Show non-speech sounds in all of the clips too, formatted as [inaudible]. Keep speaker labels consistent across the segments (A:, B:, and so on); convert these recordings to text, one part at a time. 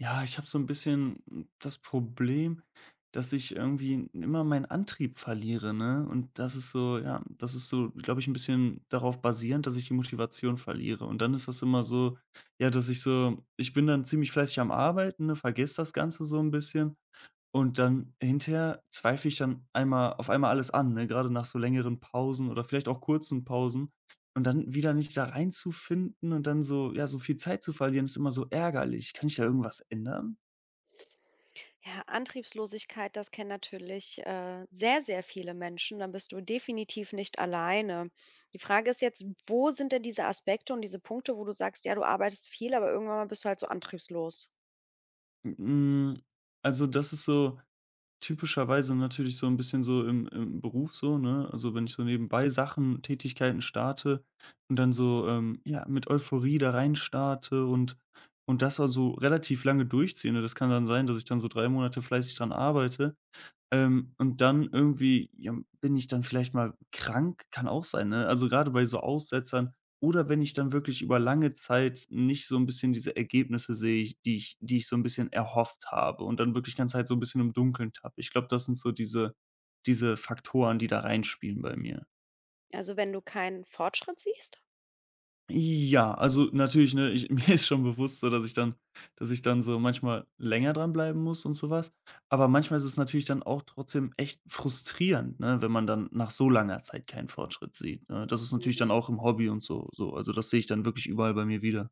A: Ja, ich habe so ein bisschen das Problem, dass ich irgendwie immer meinen Antrieb verliere, ne? Und das ist so ja, das ist so, glaube ich, ein bisschen darauf basierend, dass ich die Motivation verliere. Und dann ist das immer so, ja, dass ich so ich bin dann ziemlich fleißig am Arbeiten, ne, vergesse das Ganze so ein bisschen und dann hinterher zweifle ich dann einmal auf einmal alles an, ne, grade nach so längeren Pausen oder vielleicht auch kurzen Pausen. Und dann wieder nicht da reinzufinden und dann so ja, so viel Zeit zu verlieren, ist immer so ärgerlich. Kann ich da irgendwas ändern?
B: Ja, Antriebslosigkeit, das kennen natürlich, sehr, sehr viele Menschen. Dann bist du definitiv nicht alleine. Die Frage ist jetzt, wo sind denn diese Aspekte und diese Punkte, wo du sagst: „Ja, du arbeitest viel, aber irgendwann mal bist du halt so antriebslos."
A: Hm, hm, also das ist so typischerweise natürlich so ein bisschen so im Beruf so, ne? Also, wenn ich so nebenbei Sachen Tätigkeiten starte und dann so, ja, mit Euphorie da rein starte und das also relativ lange durchziehe, ne? Das kann dann sein, dass ich dann so 3 Monate fleißig dran arbeite und dann irgendwie, ja, bin ich dann vielleicht mal krank, kann auch sein, ne? Also, gerade bei so Aussetzern oder wenn ich dann wirklich über lange Zeit nicht so ein bisschen diese Ergebnisse sehe, ich so ein bisschen erhofft habe und dann wirklich ganze Zeit so ein bisschen im Dunkeln tappe. Ich glaube, das sind so diese Faktoren, die da reinspielen bei mir.
B: Also, wenn du keinen Fortschritt siehst?
A: Ja, also natürlich, ne, ich [laughs] mir ist schon bewusst so, dass ich dann so manchmal länger dranbleiben muss und sowas. Aber manchmal ist es natürlich dann auch trotzdem echt frustrierend, ne, wenn man dann nach so langer Zeit keinen Fortschritt sieht, ne? Das ist natürlich dann
B: Mhm.
A: auch im Hobby und so. Also, das sehe ich dann wirklich überall bei mir wieder.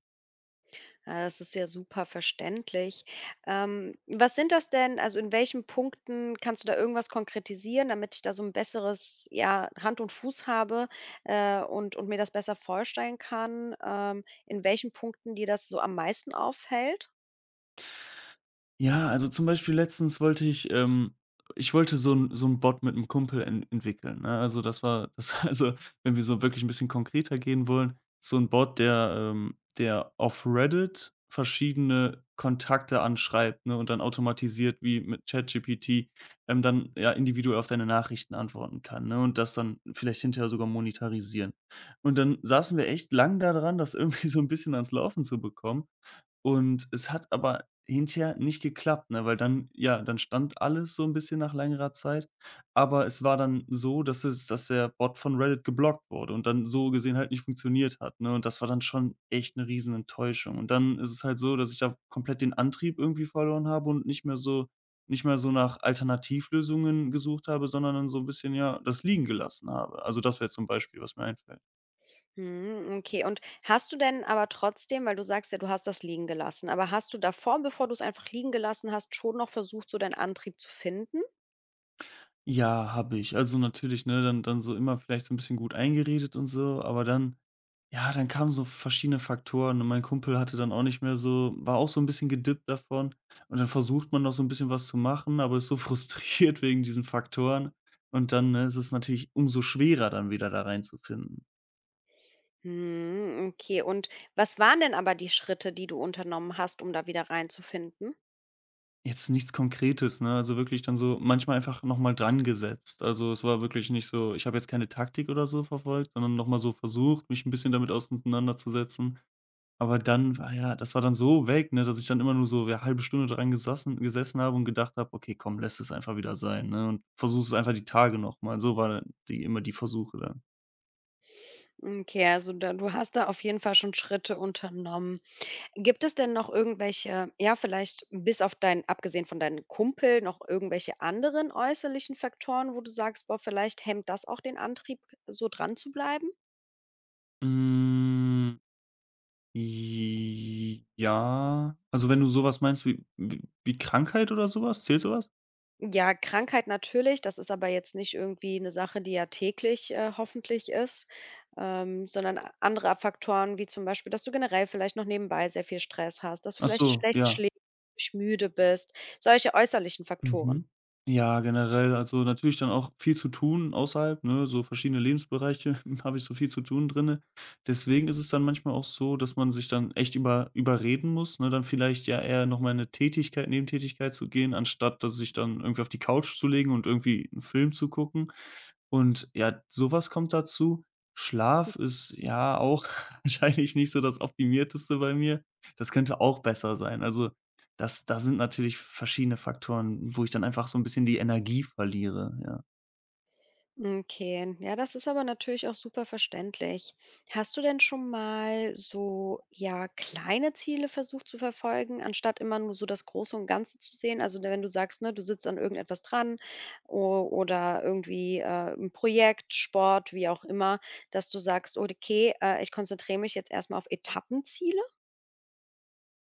B: Ja, das ist ja super verständlich. Was sind das denn also in welchen Punkten kannst du da irgendwas konkretisieren, damit ich da so ein besseres, ja, Hand und Fuß habe, und mir das besser vorstellen kann, in welchen Punkten dir das so am meisten auffällt?
A: Ja, also zum Beispiel letztens wollte ich ich wollte so ein Bot mit einem Kumpel entwickeln, ne? Also, das war [laughs] das war also, wenn wir so wirklich ein bisschen konkreter gehen wollen, so ein Bot, der der auf Reddit verschiedene Kontakte anschreibt, ne, und dann automatisiert wie mit ChatGPT, dann, ja, individuell auf deine Nachrichten antworten kann, ne, und das dann vielleicht hinterher sogar monetarisieren. Und dann saßen wir echt lang da dran, das [laughs] irgendwie so ein bisschen ans Laufen zu bekommen. Und es hat aber hinterher nicht geklappt, ne, weil dann ja, dann stand alles so ein bisschen nach längerer Zeit, aber es war dann so, dass es dass der Bot von Reddit geblockt wurde und dann so gesehen halt nicht funktioniert hat, ne? Und das war dann schon echt eine riesen Enttäuschung. Und dann ist es halt so, dass ich da komplett den Antrieb irgendwie verloren habe und nicht mehr so nach Alternativlösungen gesucht habe, sondern dann so ein bisschen, ja, das liegen gelassen habe. Also, das wäre zum Beispiel, was mir einfällt.
B: Mhm, okay. Und hast du denn aber trotzdem, weil du sagst ja, du hast das liegen gelassen, aber hast du davor, bevor du es einfach liegen gelassen hast, schon noch versucht, so deinen Antrieb zu finden?
A: Ja, habe ich. Also, natürlich, ne, dann so immer vielleicht so ein bisschen gut eingeredet und so, aber dann ja, dann kamen so verschiedene Faktoren und mein Kumpel hatte dann auch nicht mehr so war auch so ein bisschen gedippt davon und dann versucht man noch so ein bisschen was zu machen, aber ist so [laughs] frustriert wegen diesen Faktoren und dann, ne, ist es natürlich umso schwerer, dann wieder da reinzufinden.
B: Mhm, okay. Und was waren denn aber die Schritte, die du unternommen hast, um da wieder reinzufinden?
A: Jetzt nichts Konkretes, ne, also, wirklich dann so manchmal einfach noch mal dran gesetzt. Also, es war wirklich nicht so, ich habe jetzt keine Taktik oder so verfolgt, sondern noch mal so versucht, mich ein bisschen damit auseinanderzusetzen. Aber dann war ja das war dann so weg, ne, dass ich dann immer nur so, ja, halbe Stunde dran gesessen habe und gedacht habe: „Okay, komm, lässt es einfach wieder sein“, ne, und versuchst es einfach die Tage noch mal. So war dann die immer die Versuche dann.
B: Okay, also da du hast da auf jeden Fall schon Schritte unternommen. Gibt es denn noch irgendwelche, ja, vielleicht bis auf dein, abgesehen von deinem Kumpel, noch irgendwelche anderen äußerlichen Faktoren, wo du sagst, boah, vielleicht hemmt das auch den Antrieb, so dran zu bleiben?
A: Hm, j ja, also, wenn du so was meinst wie wie Krankheit oder so was, zählt so was?
B: Ja, Krankheit natürlich, das ist aber jetzt nicht irgendwie eine Sache, die ja täglich, hoffentlich ist, sondern a andere Faktoren, wie zum Beispiel, dass du generell vielleicht noch nebenbei sehr viel Stress hast, dass du
A: Ach
B: vielleicht
A: so,
B: schlecht
A: ja.
B: schläfst, müde bist, solche äußerlichen Faktoren.
A: Mhm. Ja, generell, also natürlich dann auch viel zu tun außerhalb, ne, so verschiedene Lebensbereiche [laughs] habe ich so viel zu tun drinne. Deswegen ist es dann manchmal auch so, dass man sich dann echt überreden muss, ne, dann vielleicht ja eher noch mal in 'ne Tätigkeit Nebentätigkeit zu gehen, anstatt dass sich dann irgendwie auf die Couch zu legen und irgendwie einen Film zu gucken. Und ja, sowas kommt dazu. Schlaf ist ja auch [laughs] wahrscheinlich nicht so das Optimierteste bei mir. Das könnte auch besser sein. Also, das da sind natürlich verschiedene Faktoren, wo ich dann einfach so ein bisschen die Energie verliere, ja.
B: Okay, ja, das ist aber natürlich auch super verständlich. Hast du denn schon mal so, ja, kleine Ziele versucht zu verfolgen, anstatt immer nur so das Große und Ganze zu sehen? Also, ne, wenn du sagst, ne, du sitzt an irgendetwas dran oder irgendwie, ein Projekt, Sport, wie auch immer, dass du sagst, okay, ich konzentriere mich jetzt erstmal auf Etappenziele?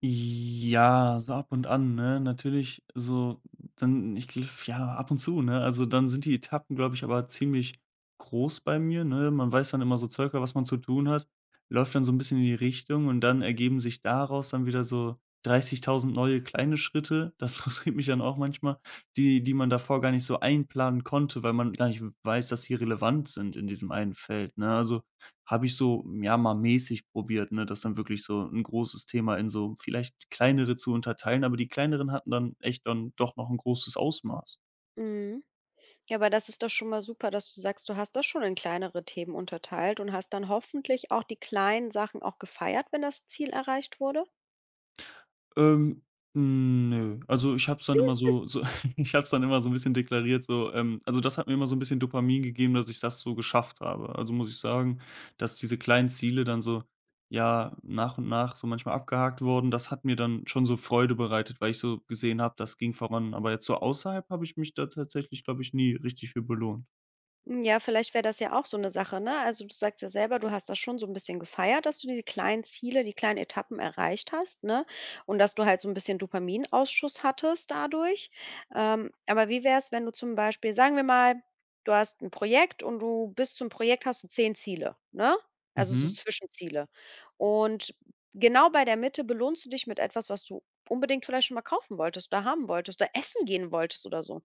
A: Ja, so ab und an, ne? Natürlich so dann ich gl ja, ab und zu, ne? Also, dann sind die Etappen, glaube ich, aber ziemlich groß bei mir, ne? Man weiß dann immer so circa, was man zu tun hat, läuft dann so ein bisschen in die Richtung und dann ergeben sich daraus dann wieder so 30.000 neue kleine Schritte. Das [laughs] frustriert mich dann auch manchmal, die die man davor gar nicht so einplanen konnte, weil man gar nicht weiß, dass sie relevant sind in diesem einen Feld, ne? Also habe ich so, ja, mal mäßig probiert, ne, das dann wirklich so 'n großes Thema in so vielleicht kleinere zu unterteilen, aber die kleineren hatten dann echt dann doch noch 'n großes Ausmaß.
B: Mhm. Ja, aber das ist doch schon mal super, dass du sagst, du hast das schon in kleinere Themen unterteilt und hast dann hoffentlich auch die kleinen Sachen auch gefeiert, wenn das Ziel erreicht wurde?
A: Ähm, nö. Also, ich habe es dann immer so so [laughs] ich habe es dann immer so ein bisschen deklariert, so, also, das hat mir immer so ein bisschen Dopamin gegeben, dass ich das so geschafft habe. Also, muss ich sagen, dass diese kleinen Ziele dann so, ja, nach und nach so manchmal abgehakt wurden, das hat mir dann schon so Freude bereitet, weil ich so gesehen habe, das ging voran. Aber jetzt so außerhalb habe ich mich da tatsächlich, glaube ich, nie richtig für belohnt.
B: Hm, ja, vielleicht wäre das ja auch so eine Sache, ne? Also, du sagst ja selber, du hast das schon so ein bisschen gefeiert, dass du diese kleinen Ziele, die kleinen Etappen erreicht hast, ne? Und dass du halt so ein bisschen Dopaminausschuss hattest dadurch. Aber wie wär's, wenn du, zum Beispiel, sagen wir mal, du hast ein Projekt und du bis zum Projekt hast du 10 Ziele, ne? Also, so
A: Mhm.
B: Zwischenziele. Und genau bei der Mitte belohnst du dich mit etwas, was du unbedingt vielleicht schon mal kaufen wolltest oder haben wolltest oder essen gehen wolltest oder so.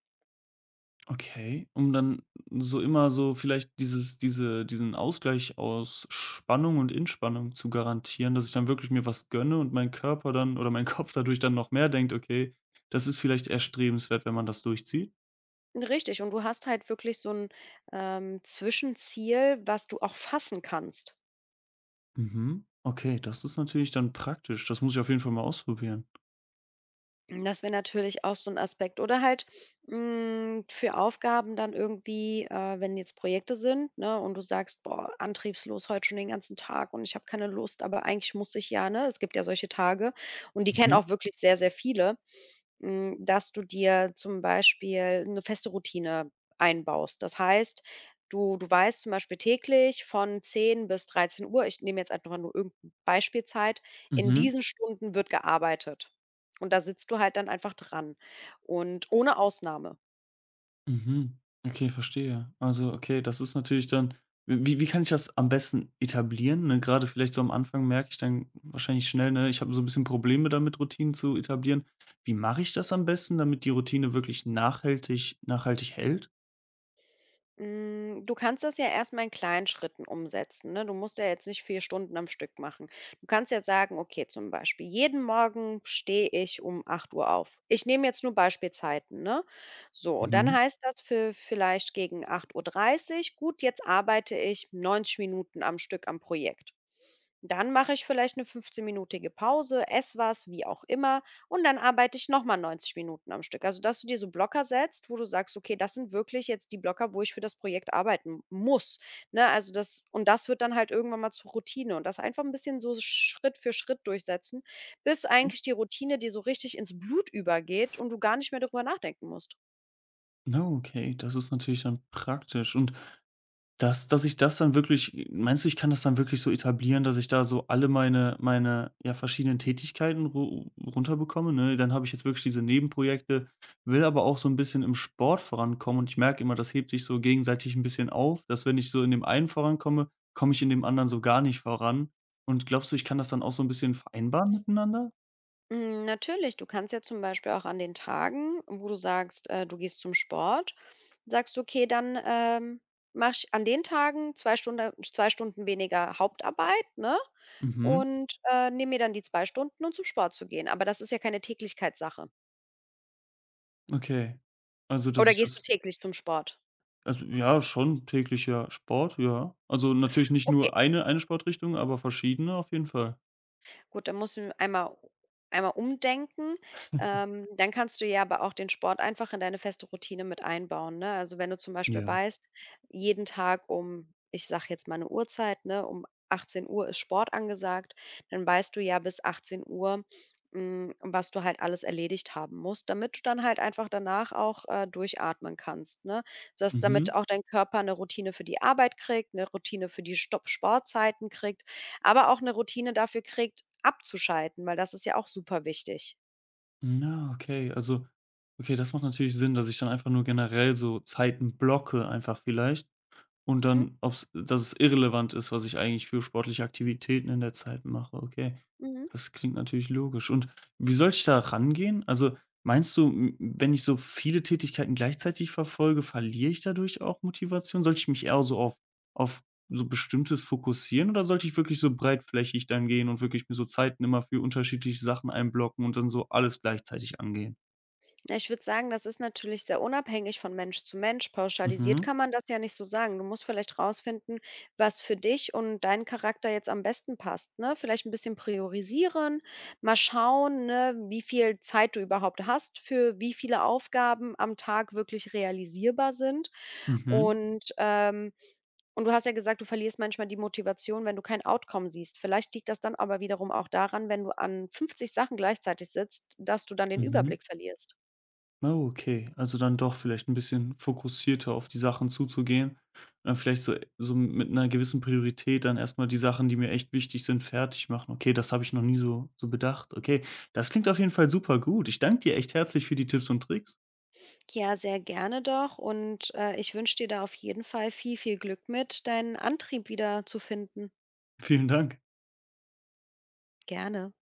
A: Okay, um dann so immer so vielleicht dieses diese diesen Ausgleich aus Spannung und Entspannung zu garantieren, dass ich dann wirklich mir was gönne und mein Körper dann oder mein [laughs] Kopf dadurch dann noch mehr denkt: „Okay, das ist vielleicht erstrebenswert, wenn man das durchzieht.“
B: Richtig, und du hast halt wirklich so ein Zwischenziel, was du auch fassen kannst.
A: Mhm. Okay, das ist natürlich dann praktisch. Das muss ich auf jeden Fall mal ausprobieren.
B: Und das wäre natürlich auch so 'n Aspekt. Oder halt, für Aufgaben dann irgendwie, wenn jetzt Projekte sind, ne, und du sagst: „Boah, antriebslos heute schon den ganzen Tag und ich habe keine Lust, aber eigentlich muss ich ja", ne? Es gibt ja solche Tage und die kennen
A: Mhm.
B: auch wirklich sehr, sehr viele. Hm, dass du dir zum Beispiel eine feste Routine einbaust. Das heißt, du weißt zum Beispiel täglich von 10 bis 13 Uhr, ich nehme jetzt einfach mal nur irgendeine Beispielzeit, in
A: Mhm.
B: diesen Stunden wird gearbeitet. Und da sitzt du halt dann einfach dran und ohne Ausnahme.
A: Mhm. Okay, verstehe. Also, okay, das ist natürlich dann wie kann ich das am besten etablieren, ne? Grade vielleicht so am Anfang merke ich dann wahrscheinlich schnell, ne, ich habe so ein bisschen Probleme damit, Routinen zu etablieren. Wie mache ich das am besten, damit die Routine wirklich nachhaltig hält?
B: Hm, du kannst das ja erst mal in kleinen Schritten umsetzen, ne? Du musst ja jetzt nicht 4 Stunden am Stück machen. Du kannst ja sagen, okay, zum Beispiel: „Jeden Morgen stehe ich um 8 Uhr auf." Ich nehme jetzt nur Beispielzeiten, ne? So, und dann
A: Mhm.
B: heißt das für vielleicht gegen 8:30 Uhr: „Gut, jetzt arbeite ich 90 Minuten am Stück am Projekt." Dann mache ich vielleicht eine 15-minütige Pause, esse was, wie auch immer, und dann arbeite ich noch mal 90 Minuten am Stück. Also, dass du dir so Blocker setzt, wo du sagst: „Okay, das sind wirklich jetzt die Blocker, wo ich für das Projekt arbeiten muss", ne? Also, das und das wird dann halt irgendwann mal zur Routine und das einfach ein bisschen so Schritt für Schritt durchsetzen, bis
A: Hm,
B: eigentlich die Routine dir so richtig ins Blut übergeht und du gar nicht mehr darüber nachdenken musst.
A: na okay, das ist natürlich dann praktisch. Und dass ich das dann wirklich meinst du, ich kann das dann wirklich so etablieren, dass ich da so alle meine, ja, verschiedenen Tätigkeiten ru runterbekomme, ne? Dann habe ich jetzt wirklich diese Nebenprojekte, will aber auch so ein bisschen im Sport vorankommen und ich merke immer, das hebt sich so gegenseitig ein bisschen auf, dass wenn ich so in dem einen vorankomme, komme ich in dem anderen so gar nicht voran. Und glaubst du, ich kann das dann auch so ein bisschen vereinbaren miteinander?
B: Hm, natürlich, du kannst ja zum Beispiel auch an den Tagen, wo du sagst, du gehst zum Sport, sagst du: „Okay, dann, mache ich an den Tagen 2 Stunde 2 Stunden weniger Hauptarbeit, ne,
A: Mhm,
B: und, nehme mir dann die 2 Stunden, um zum Sport zu gehen." Aber das ist ja keine Täglichkeitssache.
A: okay. Also, dass
B: Oder
A: ich
B: gehst du
A: das
B: täglich zum Sport?
A: also, ja, schon täglicher Sport, ja. Also, natürlich nicht
B: Okay.
A: nur eine Sportrichtung, aber verschiedene auf jeden Fall.
B: Gut, dann musst du einmal umdenken. Dann kannst du ja aber auch den Sport einfach in deine feste Routine mit einbauen, ne? Also, wenn du zum Beispiel
A: Ja. [laughs]
B: weißt, jeden Tag um, ich sage jetzt mal eine Uhrzeit, ne, um 18 Uhr ist Sport angesagt, dann weißt du ja bis 18:00, was du halt alles erledigt haben musst, damit du dann halt einfach danach auch, durchatmen kannst, ne? Sodass damit
A: Mhm.
B: auch dein Körper eine Routine für die Arbeit kriegt, eine Routine für die Stopp-Sportzeiten kriegt, aber auch eine Routine dafür kriegt, abzuschalten, weil das ist ja auch super wichtig.
A: Na, okay. Also okay, das macht natürlich Sinn, dass ich dann einfach nur generell so Zeiten blocke einfach vielleicht. Und
B: Mhm,
A: dann, ob's dass es irrelevant ist, was ich eigentlich für sportliche Aktivitäten in der Zeit mache. Okay,
B: mhm.
A: das klingt natürlich logisch. Und wie soll ich da rangehen? Also, meinst du, m wenn ich so viele Tätigkeiten gleichzeitig verfolge, verliere ich dadurch auch Motivation? Sollte ich mich eher so auf auf so Bestimmtes fokussieren oder sollte ich wirklich so breitflächig dann gehen und wirklich mir so Zeiten immer für unterschiedliche Sachen einblocken und dann so alles gleichzeitig angehen?
B: Ja, ich würde sagen, das ist natürlich sehr unabhängig von Mensch zu Mensch. Pauschalisiert
A: Mhm.
B: kann man das ja nicht so sagen. Du musst vielleicht rausfinden, was für dich und deinen Charakter jetzt am besten passt, ne? Vielleicht ein bisschen priorisieren, mal schauen, ne, wie viel Zeit du überhaupt hast, für wie viele Aufgaben am Tag wirklich realisierbar sind
A: Mhm.
B: und, ähm Und du hast ja gesagt, du verlierst manchmal die Motivation, wenn du kein Outcome siehst. Vielleicht liegt das dann aber wiederum auch daran, wenn du an 50 Sachen gleichzeitig sitzt, dass du dann den
A: Mhm.
B: Überblick verlierst.
A: Ah, okay. Also, dann doch vielleicht ein bisschen fokussierter auf die Sachen zuzugehen. Vielleicht so mit einer gewissen Priorität dann erstmal die Sachen, die mir echt wichtig sind, fertig machen. Okay, das habe ich noch nie so bedacht. Okay, das klingt auf jeden Fall super gut. Ich danke dir echt herzlich für die Tipps und Tricks.
B: Ja, sehr gerne doch. Und ich wünsche dir da auf jeden Fall viel, viel Glück mit, deinen Antrieb wieder zu finden.
A: Vielen Dank.
B: Gerne.